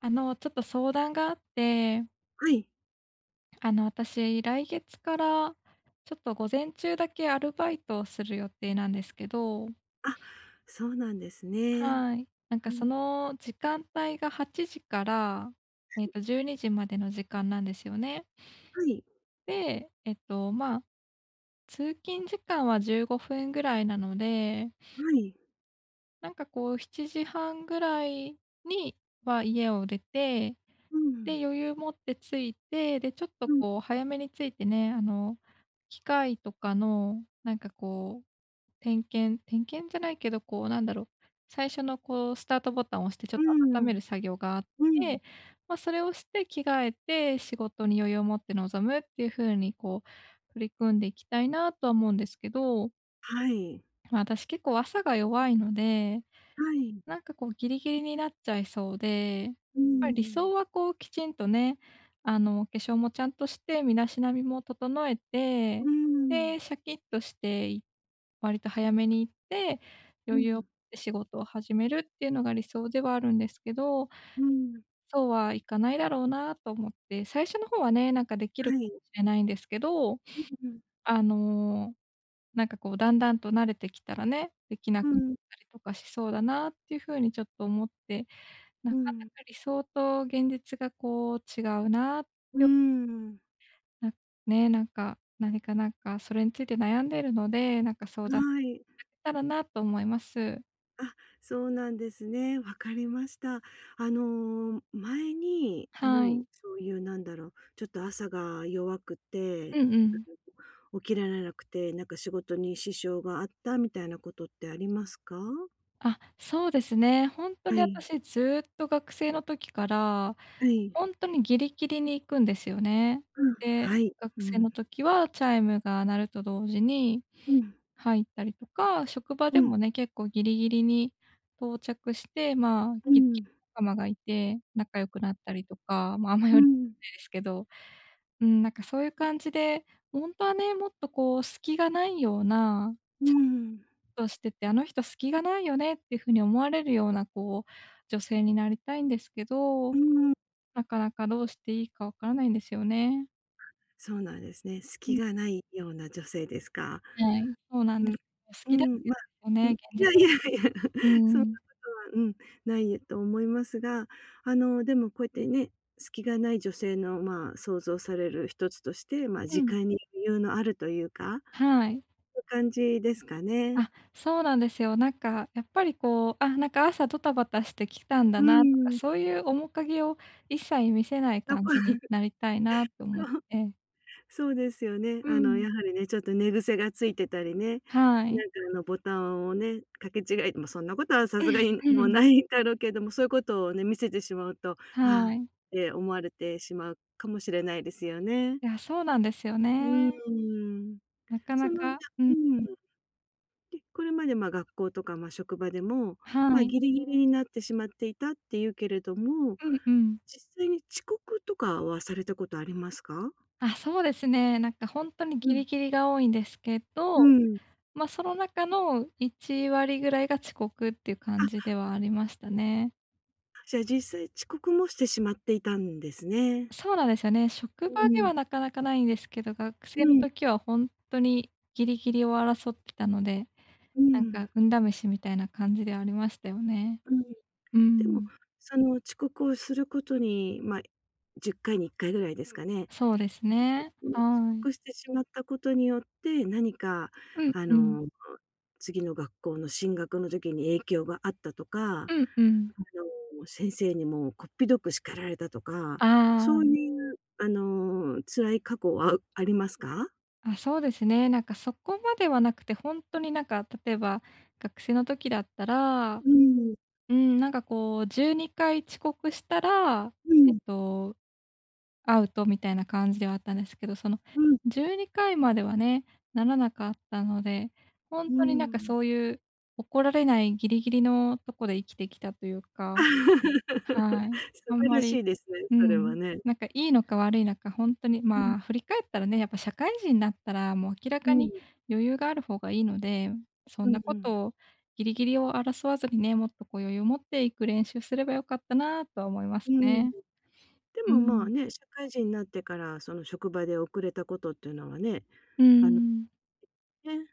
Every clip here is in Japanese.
ちょっと相談があって、はい。私、来月から、ちょっと午前中だけアルバイトをする予定なんですけど、はい。あ、そうなんですね。はい。なんかうん、その時間帯が8時から、12時までの時間なんですよね。はい、で、まあ、通勤時間は15分ぐらいなので、はい。なんかこう、7時半ぐらいには家を出て、うん、で、余裕持って着いて、で、ちょっとうん、こう早めに着いてね、機械とかのなんかこう、点検点検じゃないけど、こうなんだろう、最初のこうスタートボタンを押してちょっうと温めん、る作業があっうん。て、まあ、それをして着替えて仕事に余裕を持って臨むっていう風にこう取り組んでいきたいなとは思うんですけど、はい、まあ、私結構朝が弱いので、はい。なんかこうギリギリになっちゃいそうで、やっうぱり理想ん、はこうきちんとね、お化粧もちゃんとして、身だしなみも整えて、うで、ん、シャキッとして、割と早めに行って、う余裕を持っん、て仕事を始めるっていうのが理想ではあるんですけど、うん、そうはいかないだろうなと思って、最初の方はね、なんかできはるかもい。しれないんですけど、うん、あの、なんかこうだんだんと慣れてきたらね、できなうくなっん、たりとかしそうだなっていう風にちょっと思って、なうかなん、か理想と現実がこう違うなって、うん。なね、なんか、何かなんかそれについて悩んでるので、なんか相談いたはい。だけたらなと思います。あ、そうなんですね。わかりました。あの、前に、はもい。うそういうなんだろう、ちょっと朝が弱くうてんうん。起きられなくて、なんか仕事に支障があったみたいなことってありますか？あ、そうですね。ほんとはにい、私ずっと学生の時から、はい。ほんとにギリギリに行くんですよね。うん、で、はい。学う生ん、の時はチャイムが鳴ると同時にうん、入ったりとか、職場うでん、もね、結構ギリギリに到着して、まあ、うギリギリん、仲間がいて、仲良くなったりとか、まあ、あんまうよりん、ないですけど、うん、なんかそういう感じで、本当はね、もっとこう隙がないようなうん、ことをしてて、あの人隙がないよねっていう風に思われるような、こう、女性になりたいんですけど、うん。なかなかどうしていいかわからないんですよね。そうなんですね。う隙ん、がないような女性ですか？はい、そうなんうでん、す。好うきだけん、まあ、どうん、ね、い現実やいやいや、う そうん。うん、ないと思いますが、あの、でもこうやってね、隙がない女性の、まあ、想像される一つとして、まあ、う時ん。間に余裕のあるというか、はい。そういう感じですかね。あ、そうなんですよ。なんかやっぱりこう、あ、なんか朝ドタバタしてきたんだうなとか、ん。そ ういう面影を一切見せないなん感か じになりたいなと思って。そう、そうですよね。うあの、ん。やはりね、ちょっと寝癖がついてたりね、はい。なんか、あの、ボタンをね、かけ違えてもそんなことはさすがにうもうん。ないだろうけども、そういうことをね、見せてしまうと、あはあっい。て思われてしまうかもしれないですよね。いや、そうなんですよね。うん。なかなその、じか、ゃううん、ん、で、これまで、ま、学校とか、ま、職場でも、はま、い。ギリギリになってしまっていたっていうけれども、うんうん。実際に遅刻とかはされたことありますか？あ、そうですね。なんかほんとにうギん、リギリが多いんですけうど、ん。ま、その中の1割ぐらいが遅刻っていう感じあ、ではありましたね。じゃあ実際遅刻もしてしまっていたんですね。そうなんですよね。職う場でん、はなかなかないんですけど、学う生のん、時は本当にギリギリを争ってたので、うなんん、か運試しみたいな感じではありましたよね。うん。うでも、ん。その遅刻をすることに、まあ、10回に1回ぐらいですかねそうですね。遅はい。刻してしまったことによって、何かうんあうん。の、次の学校の進学の時に影響があったとか、あうんうん。の、先生にもこっぴどく叱られたとか、そあういうあの、辛い過去はありますか？あ、あ、そうですね。なんかそこまではなくて、本当になんか例えば学生の時だったら、うん、うん、なんかこう12回遅刻したら、うえっん、とアウトみたいな感じではあったんですけど、そのうん。12回まではね、ならなかったので、ほんうとになんかん。そういう怒られないギリギリのとこで生きてきたというか、はい。素あん晴まらり、しいですね、うそれはん、ね。なんかいいのか悪いのか、ほんとに、うん。まあ、振り返ったらね、やっぱ社会人になったら、もう明らうかん、に余裕がある方がいいので、そんうんなこうん。とをギリギリを争わずにね、もっとこう余裕を持っていく練習すればよかったなとは思いまうすん。ね。でうもまあん。ね、社会人になってからその職場で遅れたことっていうのはね、うんうあのん。ね、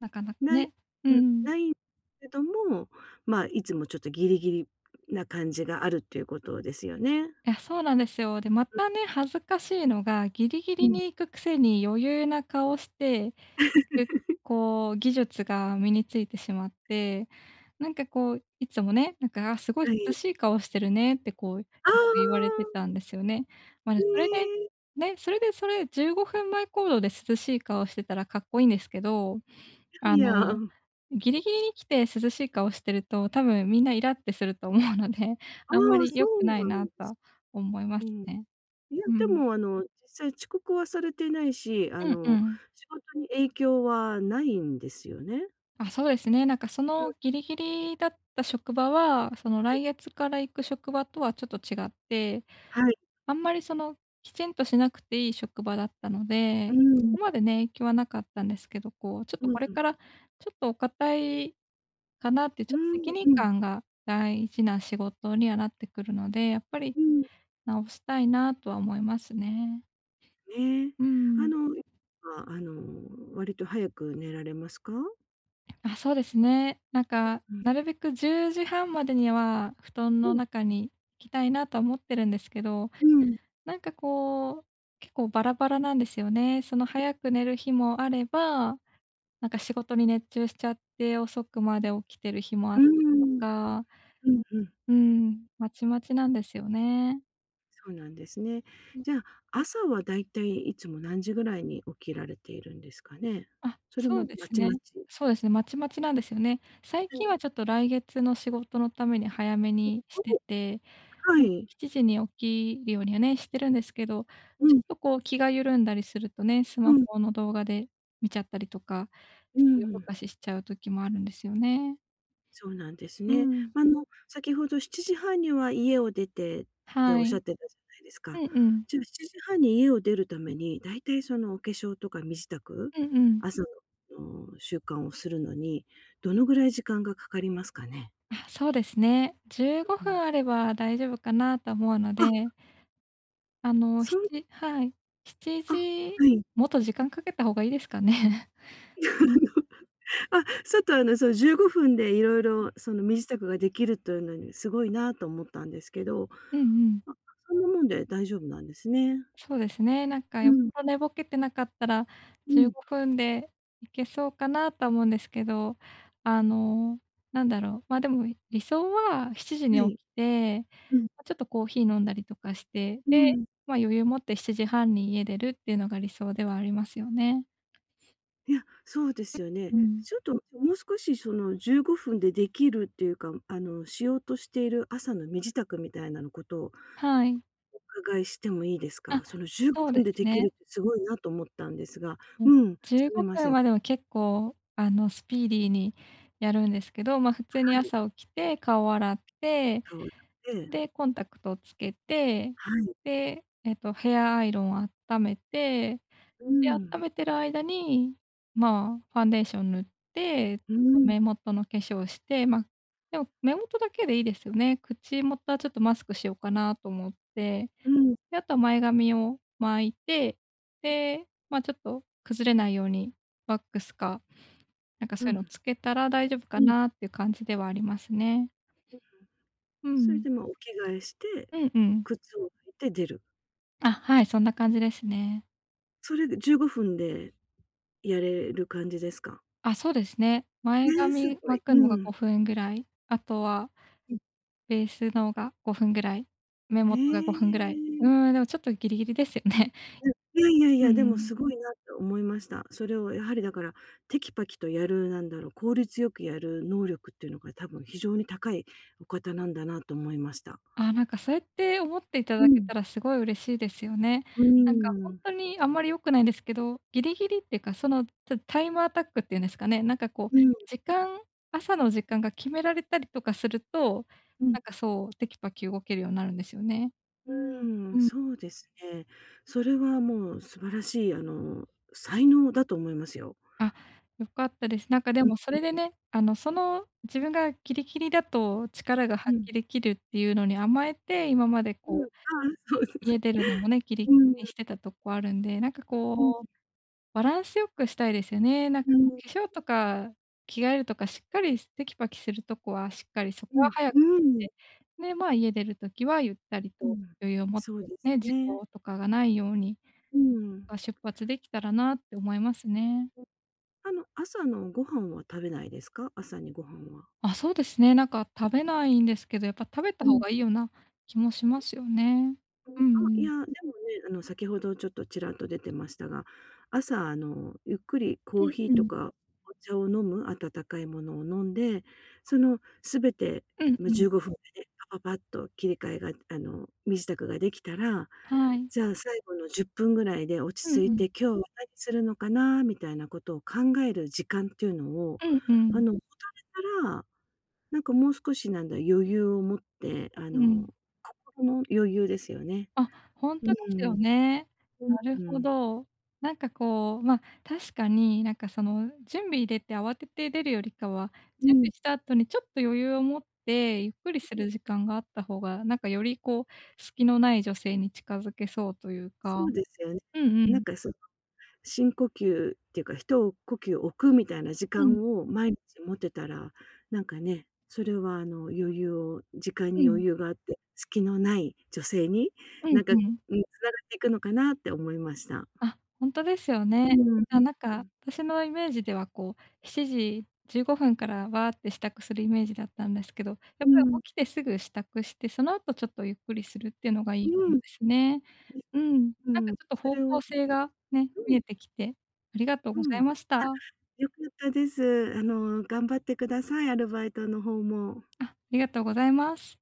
なかなかない、ね。ううん、ん。ないけども、まあ、いつもちょっとギリギリな感じがあるっていうことですよね。いや、そうなんですよ。で、またね、恥ずかしいのが、ギリギうリん、に行くくせに余裕な顔して行く、こう、技術が身についてしまって、なんかこう、いつもね、なんか、「あ、すごいは涼い。しい顔してるね」ってこう、あ言われあ、てたんですよね。ま、あ、えそれで、え、ね、それ15分前行動で涼しい顔してたらかっこいいんですけど、あいやいや。の、ギリギリに来て涼しい顔してると、多分みんなイラってすると思うので、ああんまあ、りそ良くうないななんでとはす。思いまうすん。ね。いや、うでん。もあの、実際遅刻はされてないし、あうんうの、ん。仕事に影響はないんですよね？あ、そうですね。なんかそうん、はのギリギリだった職場は、その来い。月から行く職場とはちょっと違って、はい。あんまりその、きちんとしなくていい職場だったのうで、そん、こまでね、影響はなかったんですけど、こう、ちょっとうん、これからちょっとお堅いかなって、ちうょっと責ん、任うん、感が大事な仕事にはなってくるので、やっぱりうん。直したいなとは思いますね。ね。うあん。の、あ、あの、割と早く寝られますか？あ、そうですね。なんか、うん。なるべく10時半までには布団うのん。中に行きたいなとは思ってるんですけど、うん。なんかこう、結構バラバラなんですよね。その早く寝る日もあれば、なんか仕事に熱中しちゃって遅くまで起きてる日もあっうーたりとん。か、うんうんうんうんうんうん、まちまちなんですよね。そうなんですね。うん、じゃあ、朝はだいたいいつも何時ぐらいに起きられているんですかね？あ、それそうもでますちまね。ち。そうですね、まちまちなんですよね。最は近い。はちょっと来月の仕事のために早めおにしてて、はもうい。7時に起きるようにはね、してるんですけど、うちょん、っとこう気が緩んだりするとね、スうマん、ホの動画で見ちゃったりとかうして夜更ん。かししちゃう時もあるんですよね。そうなんですうね。ん。まあの、先ほど7時半には家を出てってはおっい。しうゃっんてたじゃないですか。うん。じゃあ7時半に家を出るために、だいたいそのお化粧とか身支度、うんうん。朝の、あの、習慣をするのに、どのぐらい時間がかかりますかね？あ、そうですね。15う分ん。あれば大丈夫かなと思うのあ、で、そん7はい。7あ、時はい。もっと時間かけた方がいいですかね。うん。あの、あ、ちょっとあの、その15分で色々その身支度ができるというのにすごいなと思ったんですけど、うんうん。あ、そんなもんで大丈夫なんですね。そうですね。なんかうよっん、ぽど寝ぼけてなかったら、う15ん、分でいけそうかなとは思うんですけど、あの、なんだろう、ま、でも理想は7時には起い、きて、うん。まちょっとコーヒー飲んだりとかして、うで、ん。ま、余裕持って7時半に家出るっていうのが理想ではありますよね。いや、そうですよね。うん。ちょっともう少しその15分でできるっていうか、あの、しようとしている朝の身支度みたいなのことをはい。お伺いしてもいいですあ、か？その15そうで分すでできね。るってすごいなと思ったんですが、うん、うん、15すみませ分ん。はでも結構、スピーディーにやるんですけど、ま、普通にはい、朝起きて、顔洗って、そうえで、コンタクトをつけて、はい、で、ヘアアイロンを温めて、うで、ん、温めてる間に、まあ、ファンデーション塗って、ちょうっとん、目元の化粧して、ま、でも目元だけでいいですよね。口元はちょっとマスクしようかなと思って、うん、で、あとは前髪を巻いて、で、まあ、ちょっと崩れないようにワックスか、なんかそうういうのん、つけたら大丈夫かうん、なっていう感じではありますね。うそれん。で、ま、お着替えして、うんうん。靴を履いて出る。あ、はい、そんな感じですね。それで15分でやれる感じですか？あ、そうですね。え前え、す髪ごい。巻くのうがん。5分ぐらい、あとはベースのが5分ぐらい、目元が5分ぐえらい。うーん、え。でもちょっとギリギリですよね。いやいやい うや、でもん。すごいなと思いました。それをやはりだから、テキパキとやる、なんだろう、効率よくやる能力っていうのが多分非常に高いお方なんだなと思いました。あ、なんかそうやって思っていたうだけん。たらすごい嬉しいですよね。うーなんかほんん。とにあんまり良くないですけど、ギリギリっていうか、その、タイムアタックっていうんですかね、なんかこうう、ん、時間朝の時間が決められたりとかすると、うん、なんかそう、テキパキ動けるようになるんですよね。うーうん、ん。そうですね。それはもう素晴らしい、あの、才能だと思いますよ。あ、良かったです。なんかでもうそれでね、その自分がギリギリだと力がん、発うん、揮できるっていうのに甘えて、今までうん、あこあ、う、そうです。家出るのもね、ギリギうん、リにしてたとこあるんで、なんかこうん、うバランスよくしたいですよね。なんかうこん、う化粧とか着替えるとか、しっかりテキパキするとこはしっかり、そこうはん、早くしうん、て、で、まあ、家出る時はゆったりうとん。余裕を持ってそうですね、事ね。故とかがないように、うん。あ、出発できたらなって思いますね。あの、朝のご飯は食べないですか？朝にご飯は。あ、そうですね。なんか食べないんですけど、やっぱ食べたう方ん。がいいような気もしますよね。うん、うあ、んういん。や、でもね、あの、先ほどちょっとちらっと出てましたが、朝、あの、ゆっくりコうーんヒーうとん。かお茶を飲む、温かいものを飲んで、その全て、うんま、うん。15分でねパパパッと切り替えが、あの、身支度ができたら、はい。じゃあ最後の10分ぐらいで落ちうん着いうん。て、今日は何するのかなみたいなことを考える時間っていうのを、うんうあん。の、持たれたらなんかもう少しなんだ、余裕を持って、あうんうん。の、心の余裕ですよね。あ、ほんうとですよん。ね。なるうほん。ど。なんかこう、ま、確かになんかその準備入れて慌てて出るよりかは、う準ん。備した後にちょっと余裕を持ってゆっくりする時間があった方が、なんかよりこう隙のない女性に近づけそうというそか。うですよね。うんうなんん。かそう、深呼吸っていうか、一呼吸置くみたいな時うん、間を毎日持てたら、なんかね、それはあの、余裕を時間うにん、余裕があって、隙のない女性に、うんなんか、ううん。ん、つながっていくのかなって思いました。あ、本当ですよね。うん。うあ、ん。なんか、私のイメージではこう、7時15分からわーって支度するイメージだったんですけど、やっうぱん。り起きてすぐ支度して、その後ちょっとゆっくりするっていうのがいういかもでん。すね。うん、うなんかちん。ょっとそ方れを向性がね、見うん、えてきて、ありがとううございん。ました。良かったです。あの、頑張ってください、アルバイトの方も。あ、ありがとうございます。